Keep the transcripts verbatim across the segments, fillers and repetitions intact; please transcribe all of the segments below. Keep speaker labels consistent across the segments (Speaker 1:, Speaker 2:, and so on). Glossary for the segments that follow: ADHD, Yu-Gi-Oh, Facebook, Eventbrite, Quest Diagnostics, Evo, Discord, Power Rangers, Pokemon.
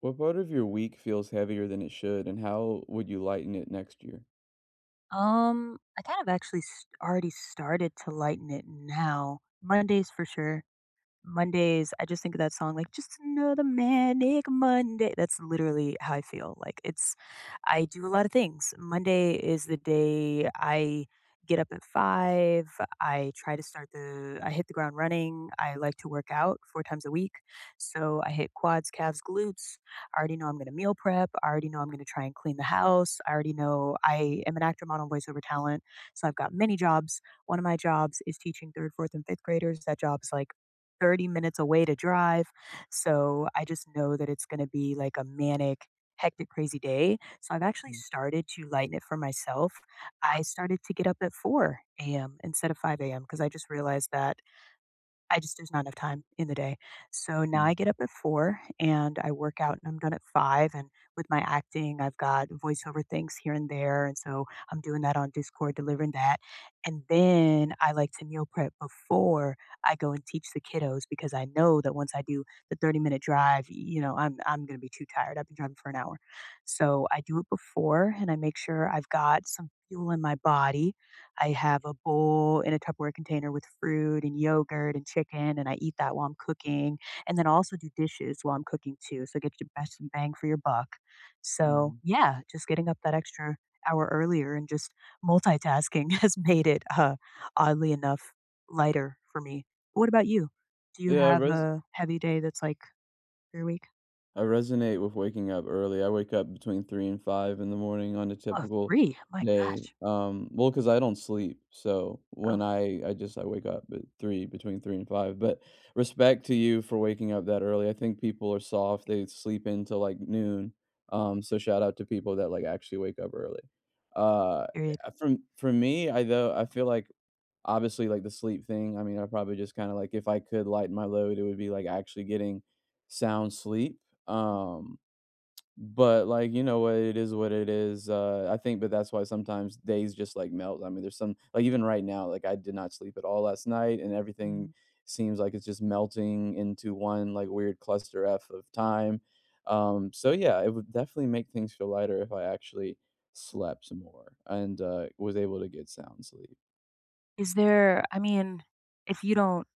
Speaker 1: What part of your week feels heavier than it should, and how would you lighten it next year?
Speaker 2: Um, I kind of actually s already started to lighten it now. Mondays for sure. Mondays, I just think of that song like just another manic Monday. That's literally how I feel. Like it's I do a lot of things. Monday is the day I get up at five. I try to start the I hit the ground running. I like to work out four times a week. So I hit quads, calves, glutes. I already know I'm going to meal prep. I already know I'm going to try and clean the house. I already know I am an actor, model, voiceover talent. So I've got many jobs. One of my jobs is teaching third, fourth and fifth graders. That job is like thirty minutes away to drive. So I just know that it's going to be like a manic, hectic, crazy day. So I've actually
Speaker 1: Mm,
Speaker 2: started to lighten it for myself. I started to get up at four a m instead of five a m because I just realized that I just there's not enough time in the day. So now
Speaker 1: mhm,
Speaker 2: I get up at four and I work out and I'm done at five and with my acting, I've got voiceover things here and there, and so I'm doing that on Discord, delivering that. And then I like to meal prep before I go and teach the kiddos, because I know that once I do the thirty-minute drive, you know, I'm I'm going to be too tired. I've been driving for an hour. So I do it before and I make sure I've got some fuel in my body. I have a bowl in a Tupperware container with fruit and yogurt and chicken, and I eat that while I'm cooking. And then I also do dishes while I'm cooking too. So get your best bang for your buck. So
Speaker 1: mhm.
Speaker 2: yeah, just getting up that extra hour earlier and just multitasking has made it uh, oddly enough lighter for me. What about you? Do you
Speaker 1: Yeah, I
Speaker 2: have
Speaker 1: res
Speaker 2: a heavy day that's like your week?
Speaker 1: I resonate with waking up early. I wake up between three and five in the morning on a
Speaker 2: Oh,
Speaker 1: typical
Speaker 2: three. My
Speaker 1: day.
Speaker 2: gosh.
Speaker 1: Um, well, because I don't sleep, so when I I just I wake up at three, between three and five, but respect to you for waking up that early. I think people are soft, they sleep into, like, noon, um, so shout out to people that, like, actually wake up early. Uh,
Speaker 2: Period.
Speaker 1: eh, for for me, I though I feel like obviously, like, the sleep thing, I mean, I probably just kinda, like if I could lighten my load, it would be, like, actually getting sound sleep, um, but, like, you know what, it is what it is, uh, I think but that's why sometimes days just, like, melt. I mean, there's some like, even right now, like, I did not sleep at all last night, and everything
Speaker 2: Mm.
Speaker 1: seems like it's just melting into one, like, weird cluster F of time, um, so, yeah, it would definitely make things feel lighter if I actually slept some more and, uh, was able to get sound sleep.
Speaker 2: Is there, I mean, if you don't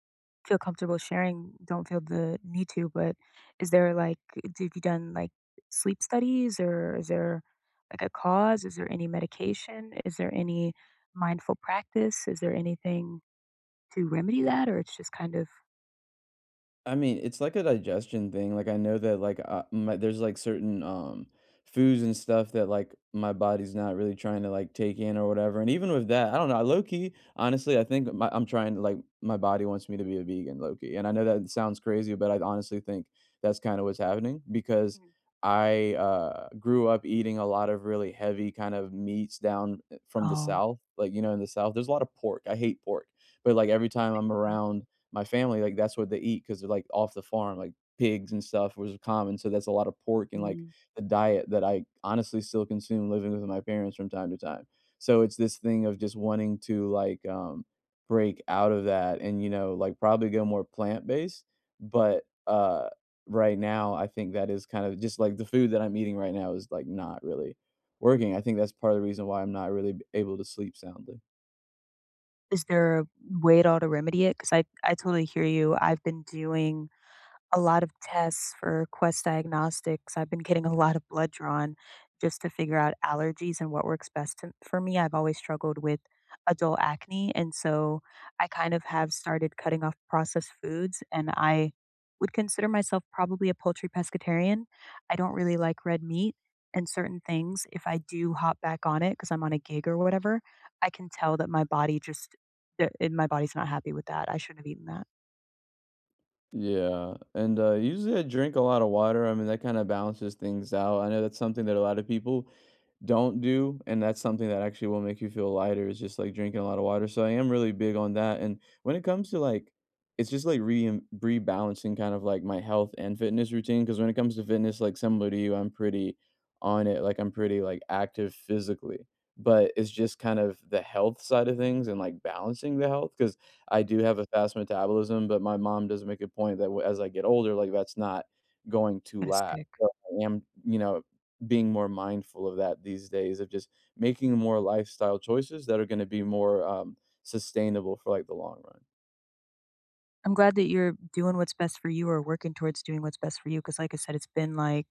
Speaker 2: feel comfortable sharing, don't feel the need to, but is there like d- have you done like sleep studies, or is there like a cause? Is there any medication? Is there any mindful practice? Is there anything to remedy that, or it's just kind of.
Speaker 1: I mean, it's like a digestion thing, like, I know that, like, uh, my there's, like, certain, um, foods and stuff that, like, my body's not really trying to, like, take in or whatever. And even with that, I don't know, I low key, honestly, I think my I'm trying to, like my body wants me to be a vegan, low key, and I know that sounds crazy, but I honestly think that's kinda what's happening. Because
Speaker 2: Mhm.
Speaker 1: I, uh, grew up eating a lot of really heavy kind of meats down, eh, from the
Speaker 2: um
Speaker 1: South. Like, you know, in the South, there's a lot of pork. I hate pork, but, like, every time I'm around my family, like, that's what they eat because 'cause they're, like, off the farm, like, pigs and stuff was common, so that's a lot of pork and, like,
Speaker 2: mm,
Speaker 1: the diet that I honestly still consume living with my parents from time to time. So it's this thing of just wanting to, like, um, break out of that and, you know, like, probably go more plant-based, but, uh, right now, I think that is kind of just, like, the food that I'm eating right now is, like, not really working. I think that's part of the reason why I'm not really able to sleep soundly.
Speaker 2: is there a way at all to remedy it? Because I, I totally hear you. I've been doing a lot of tests for Quest Diagnostics. I've been getting a lot of blood drawn just to figure out allergies and what works best to, for me. I've always struggled with adult acne. And so I kind of have started cutting off processed foods. And I would consider myself probably a poultry pescatarian. I don't really like red meat and certain things. If I do hop back on it because I'm on a gig or whatever, I can tell that my body just, that it- my body's not happy with that. I shouldn't have eaten that.
Speaker 1: Yeah, and, uh, usually I drink a lot of water. I mean, that kinda balances things out. I know that's something that a lot of people don't do, and that's something that actually will make you feel lighter is just, like, drinking a lot of water, so I am really big on that. And when it comes to, like it's just, like, re rebalancing kind of, like, my health and fitness routine. Because when it comes to fitness, like, similar to you, I'm pretty on it, like, I'm pretty, like, active physically, but it's just kind of the health side of things and, like, balancing the health. Because I do have a fast metabolism, but my mom does make a point that w as I get older, like, that's not going to
Speaker 2: Gonna
Speaker 1: last,
Speaker 2: stick.
Speaker 1: so I am, you know, being more mindful of that these days of just making more lifestyle choices that are going to be more um, sustainable for like the long run.
Speaker 2: I'm glad that you're doing what's best for you, or working towards doing what's best for you. Because, like I said, it's been like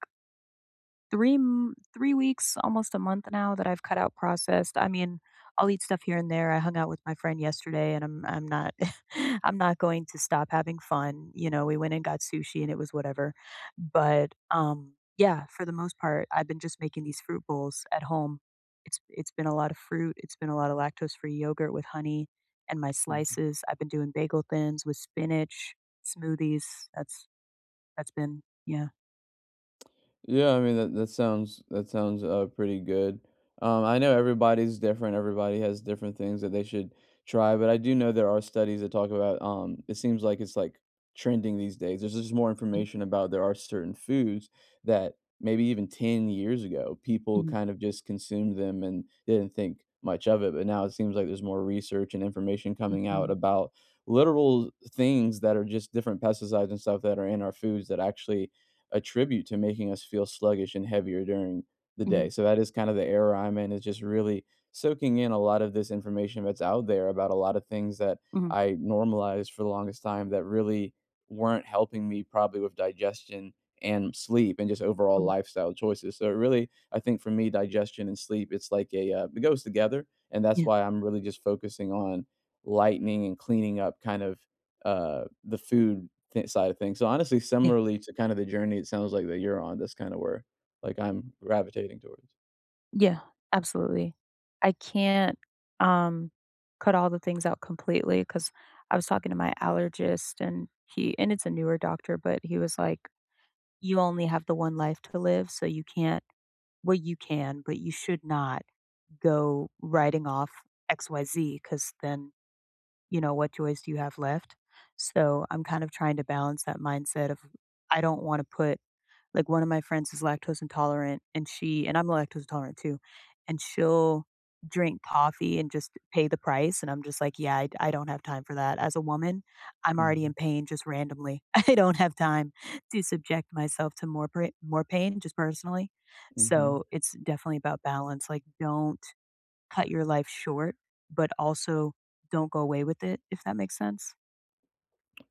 Speaker 2: three m three weeks, almost a month now, that I've cut out processed. I mean, I'll eat stuff here and there. I hung out with my friend yesterday, and I'm I'm not I'm not going to stop having fun. You know, we went and got sushi, and it was whatever. But um yeah, for the most part, I've been just making these fruit bowls at home. It's it's been a lot of fruit, it's been a lot of lactose-free yogurt with honey and my
Speaker 1: Hmm.
Speaker 2: slices. I've been doing bagel thins with spinach, smoothies. That's that's been, yeah.
Speaker 1: Yeah, I mean that that sounds that sounds uh pretty good. Um, I know everybody's different. Everybody has different things that they should try, but I do know there are studies that talk about. Um, it seems like it's like trending these days. There's just more information about there are certain foods that maybe even ten years ago people
Speaker 2: Mhm,
Speaker 1: kind of just consumed them and didn't think much of it, but now it seems like there's more research and information coming out
Speaker 2: mhm,
Speaker 1: about literal things that are just different pesticides and stuff that are in our foods that actually attribute to making us feel sluggish and heavier during the
Speaker 2: mhm,
Speaker 1: day. So that is kind of the era I'm in is just really soaking in a lot of this information that's out there about a lot of things that
Speaker 2: mhm.
Speaker 1: I normalized for the longest time that really weren't helping me probably with digestion and sleep and just overall
Speaker 2: Mhm.
Speaker 1: lifestyle choices. So it really, I think for me, digestion and sleep, it's like a uh, it goes together, and that's
Speaker 2: Yeah,
Speaker 1: why I'm really just focusing on lightening and cleaning up kind of uh, the food th side of things. So, honestly,
Speaker 2: yeah.
Speaker 1: similarly to kind of the journey it sounds like that you're on, that's kind of where, like, I'm gravitating towards.
Speaker 2: Yeah, absolutely. I can't, um, cut all the things out completely, because I was talking to my allergist, and he and it's a newer doctor, but he was like, "You only have the one life to live, so you can't well, you can, but you should not go writing off X, Y, Z, because then, you know, what choice do you have left?" So, I'm kind of trying to balance that mindset of I don't wanna put. Like, one of my friends is lactose intolerant, and she and I'm lactose intolerant too, and she'll drink coffee and just pay the price, and I'm just like, "Yeah, I d I don't have time for that." As a woman, I'm already
Speaker 1: Mhm,
Speaker 2: in pain just randomly. I don't have time to subject myself to more pra more pain just personally.
Speaker 1: mhm.
Speaker 2: So, it's definitely about balance, like, don't cut your life short, but also don't go away with it, if that makes sense.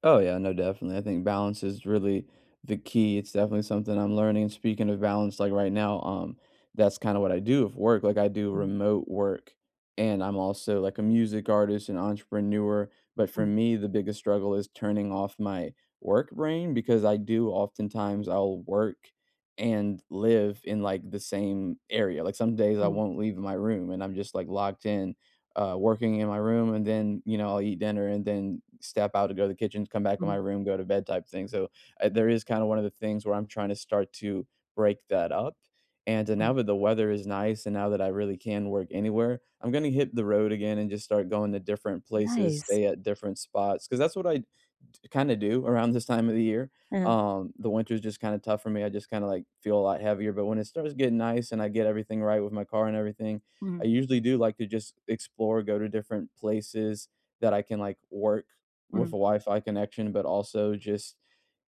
Speaker 1: Oh yeah, no, definitely. I think balance is really the key. It's definitely something I'm learning. And speaking of balance, like right now, um, that's kind of what I do with work. Like I do
Speaker 2: Mm,
Speaker 1: remote work and I'm also like a music artist and entrepreneur. But for
Speaker 2: mm,
Speaker 1: me, the biggest struggle is turning off my work brain because I do oftentimes I'll work and live in like the same area. Like some days I
Speaker 2: mm,
Speaker 1: won't leave my room and I'm just like locked in uh, working in my room, and then you know I'll eat dinner, and then step out to go to the kitchen, come back in my
Speaker 2: mm,
Speaker 1: room, go to bed type thing. So uh, there is kind of one of the things where I'm trying to start to break that up. And uh, now
Speaker 2: mm.
Speaker 1: that the weather is nice, and now that I really can work anywhere, I'm gonna hit the road again and just start going to different places,
Speaker 2: Nice.
Speaker 1: stay at different spots, because that's what I kind of do around this time of the year.
Speaker 2: Uh-huh.
Speaker 1: Um, the winter's just kind of tough for me. I just kind of like feel a lot heavier. But when it starts getting nice and I get everything right with my car and everything, I
Speaker 2: Mhm,
Speaker 1: usually do like to just explore, go to different places that I can, like, work with a
Speaker 2: mhm,
Speaker 1: Wi-Fi connection, but also just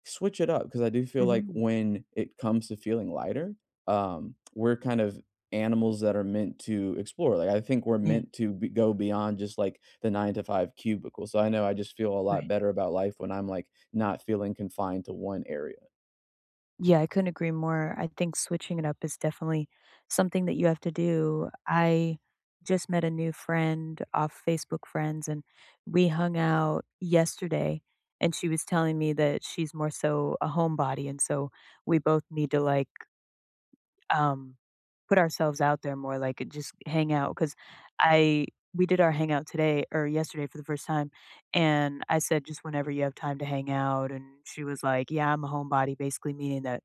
Speaker 1: switch it up because I do feel like
Speaker 2: mhm.
Speaker 1: when it comes to feeling lighter, um, we're kind of animals that are meant to explore. Like, I think we're
Speaker 2: Yeah,
Speaker 1: meant to be go beyond just, like, the nine to five cubicle, so I know I just feel a lot
Speaker 2: right.
Speaker 1: better about life when I'm, like, not feeling confined to one area.
Speaker 2: Yeah, I couldn't agree more. I think switching it up is definitely something that you have to do. I just met a new friend off Facebook Friends, and we hung out yesterday, and she was telling me that she's more so a homebody, and so we both need to like um, put ourselves out there more, like, just hang out. Cause I we did our hangout today, or yesterday, for the first time, and I said, "Just whenever you have time to hang out," and she was like, "Yeah, I'm a homebody," basically meaning that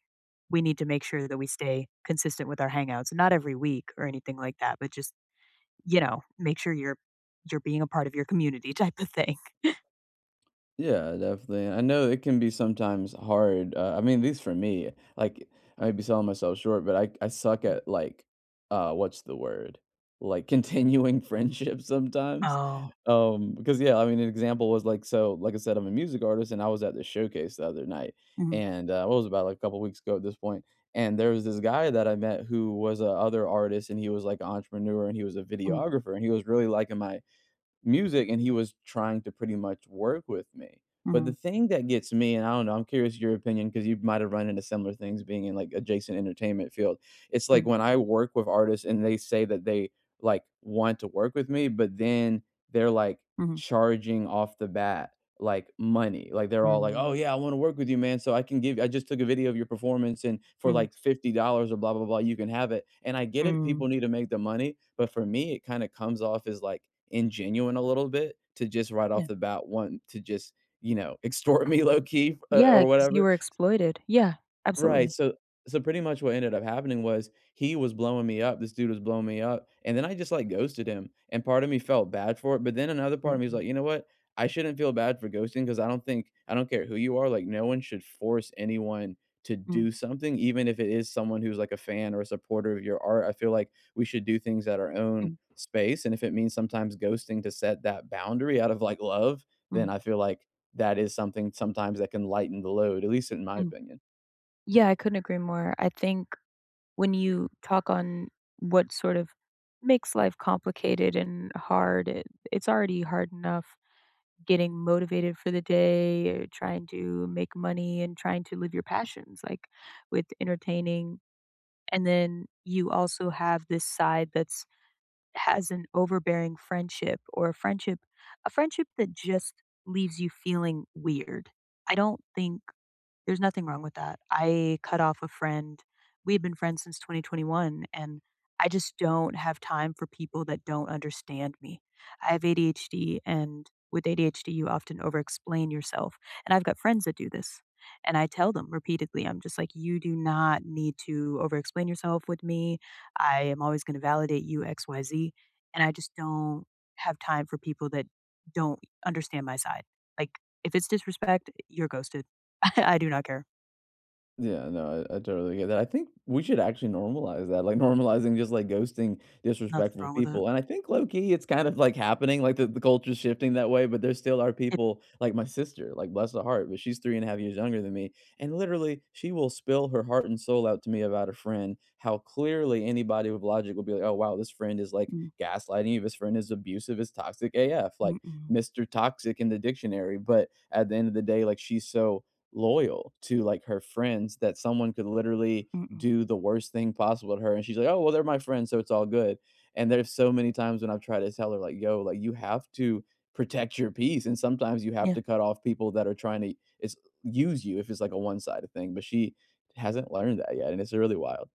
Speaker 2: we need to make sure that we stay consistent with our hangouts, not every week or anything like that, but just, you know, make sure you're you're being a part of your community type of thing.
Speaker 1: Yeah, definitely. I know it can be sometimes hard. Uh, I mean, at least for me, like I might be selling myself short, but I I suck at like uh what's the word? Like continuing friendships sometimes.
Speaker 2: Oh.
Speaker 1: Um because yeah, I mean an example was like so like I said I'm a music artist and I was at the showcase the other night
Speaker 2: Mhm,
Speaker 1: and uh what was it, about like a couple weeks ago at this point point. And there was this guy that I met who was a other artist and he was like an entrepreneur and he was a
Speaker 2: mm,
Speaker 1: videographer and he was really liking my music and he was trying to pretty much work with me. But the
Speaker 2: mhm,
Speaker 1: thing that gets me, and I don't know, I'm curious your opinion because you might have run into similar things being in like adjacent entertainment field. It's like
Speaker 2: mm,
Speaker 1: when I work with artists and they say that they like want to work with me, but then they're like
Speaker 2: mhm,
Speaker 1: charging off the bat like money. Like they're all like, "Oh
Speaker 2: mm,
Speaker 1: yeah, I want to work with you, man. So I can give I just took a video of your performance and for
Speaker 2: mm,
Speaker 1: like fifty dollars or blah blah blah, you can have it." And I get it,
Speaker 2: mm.
Speaker 1: people need to make the money, but for me it kind of comes off as like ingenuine a little bit to just right
Speaker 2: Yeah.
Speaker 1: off the bat want to just, you know, extort me low key uh,
Speaker 2: Yeah,
Speaker 1: or
Speaker 2: because you
Speaker 1: whatever.
Speaker 2: were exploited. Yeah,
Speaker 1: Right,
Speaker 2: absolutely.
Speaker 1: so so pretty much what ended up happening was he was blowing me up, this dude was blowing me up, and then I just, like, ghosted him, and part of me felt bad for it, but then another part
Speaker 2: Mm,
Speaker 1: of me was
Speaker 2: mm,
Speaker 1: like, "You know what? I shouldn't feel bad for ghosting because I don't think I don't care who you are, like, no one should force anyone to do something, even if it is someone who's, like, a fan or a supporter of your art." I feel like we should do things at our own
Speaker 2: mm,
Speaker 1: space, and if it means sometimes ghosting to set that boundary out of, like, love,
Speaker 2: mm,
Speaker 1: then
Speaker 2: mm,
Speaker 1: I feel like that is something sometimes that can lighten the load, at least in my
Speaker 2: mm.
Speaker 1: opinion.
Speaker 2: Yeah, I couldn't agree more. I think when you talk on what sort of makes life complicated and hard, it it's already hard enough getting motivated for the day, or trying to make money and trying to live your passions, like, with entertaining, and then you also have this side that's has an overbearing friendship, or a friendship a friendship that just leaves you feeling weird. I don't think there's nothing wrong with that. I cut off a friend. We've been friends since twenty twenty-one, and I just don't have time for people that don't understand me. I have A D H D, and with A D H D, you often overexplain yourself. And I've got friends that do this. And I tell them repeatedly, I'm just like, you do not need to overexplain yourself with me. I am always going to validate you, X Y Z. And I just don't have time for people that don't understand my side. Like, if it's disrespect, you're ghosted. I I do not care.
Speaker 1: Yeah, no, I, I totally get that. I think we should actually normalize that, like normalizing just like ghosting
Speaker 2: Nothing's
Speaker 1: disrespectful
Speaker 2: wrong with it.
Speaker 1: people. And I think low key, it's kind of like happening, like the, the culture's shifting that way, but there still are
Speaker 2: It.
Speaker 1: people like my sister, like bless her heart, but she's three and a half years younger than me. And literally, she will spill her heart and soul out to me about a friend, how clearly anybody with logic will be like, oh, wow, this friend is like
Speaker 2: Mm,
Speaker 1: gaslighting you. This friend is abusive, is toxic A F, like
Speaker 2: mm-mm,
Speaker 1: mister Toxic in the dictionary. But at the end of the day, like she's so loyal to like her friends that someone could literally
Speaker 2: mm-mm.
Speaker 1: do the worst thing possible to her and she's like, "Oh, well they're my friends, so it's all good." And there's so many times when I've tried to tell her like, "Yo, like you have to protect your peace and sometimes you have
Speaker 2: Yeah,
Speaker 1: to cut off people that are trying to it's use you if it's like a one-sided thing." But she hasn't learned that yet and it's really wild.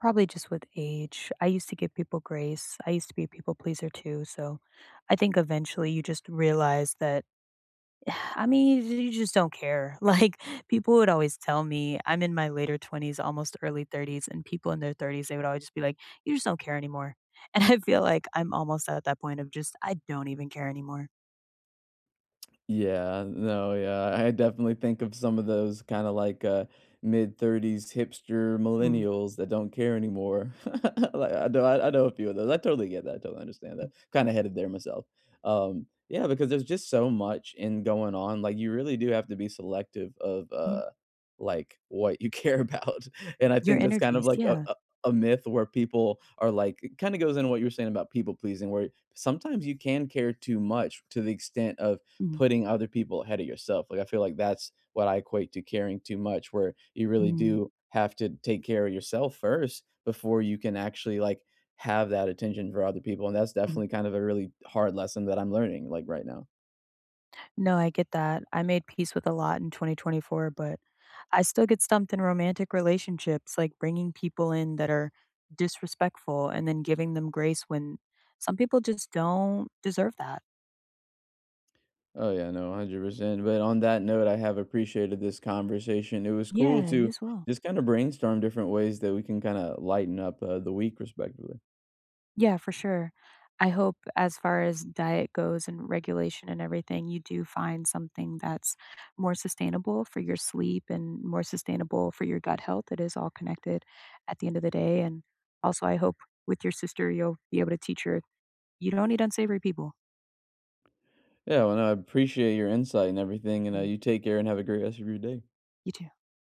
Speaker 2: probably just with age. I used to give people grace. I used to be a people pleaser too, so I think eventually you just realize that I mean, you just don't care. Like, people would always tell me, I'm in my later twenties, almost early thirties, and people in their thirties, they would always just be like, "You just don't care anymore." And I feel like I'm almost at that point of just, I don't even care anymore.
Speaker 1: Yeah, no, yeah. I definitely think of some of those kind of like uh mid thirties hipster
Speaker 2: Mm,
Speaker 1: millennials that don't care anymore. Like I know I, I know a few of those. I totally get that. I totally understand
Speaker 2: mm,
Speaker 1: that. Kind of headed there myself. Um yeah, because there's just so much in going on. Like you really do have to be selective of
Speaker 2: mhm.
Speaker 1: uh like what you care about. And I
Speaker 2: Your
Speaker 1: think that's kind of
Speaker 2: energies,
Speaker 1: like a,
Speaker 2: yeah.
Speaker 1: a a myth where people are like it kind of goes into what you were saying about people pleasing where sometimes you can care too much to the extent of
Speaker 2: Mm,
Speaker 1: putting other people ahead of yourself. Like, I feel like that's what I equate to caring too much, where you really
Speaker 2: mm.
Speaker 1: do have to take care of yourself first before you can actually like have that attention for other people. And that's definitely kind of a really hard lesson that I'm learning like right now.
Speaker 2: No, I get that. I made peace with a lot in twenty twenty-four, but I still get stumped in romantic relationships, like bringing people in that are disrespectful and then giving them grace when some people just don't deserve that.
Speaker 1: Oh yeah, no, one hundred percent. But on that note, I have appreciated this conversation. It was cool
Speaker 2: Yeah, you
Speaker 1: to
Speaker 2: as well.
Speaker 1: just kind of brainstorm different ways that we can kind of lighten up uh, the week respectively.
Speaker 2: Yeah, for sure. I hope as far as diet goes and regulation and everything, you do find something that's more sustainable for your sleep and more sustainable for your gut health. It is all connected at the end of the day. And also, I hope with your sister, you'll be able to teach her you don't eat unsavory people.
Speaker 1: Yeah, well, no, I appreciate your insight and everything. And uh,
Speaker 2: Mm.
Speaker 1: you take care and have a great rest of your day.
Speaker 2: You too.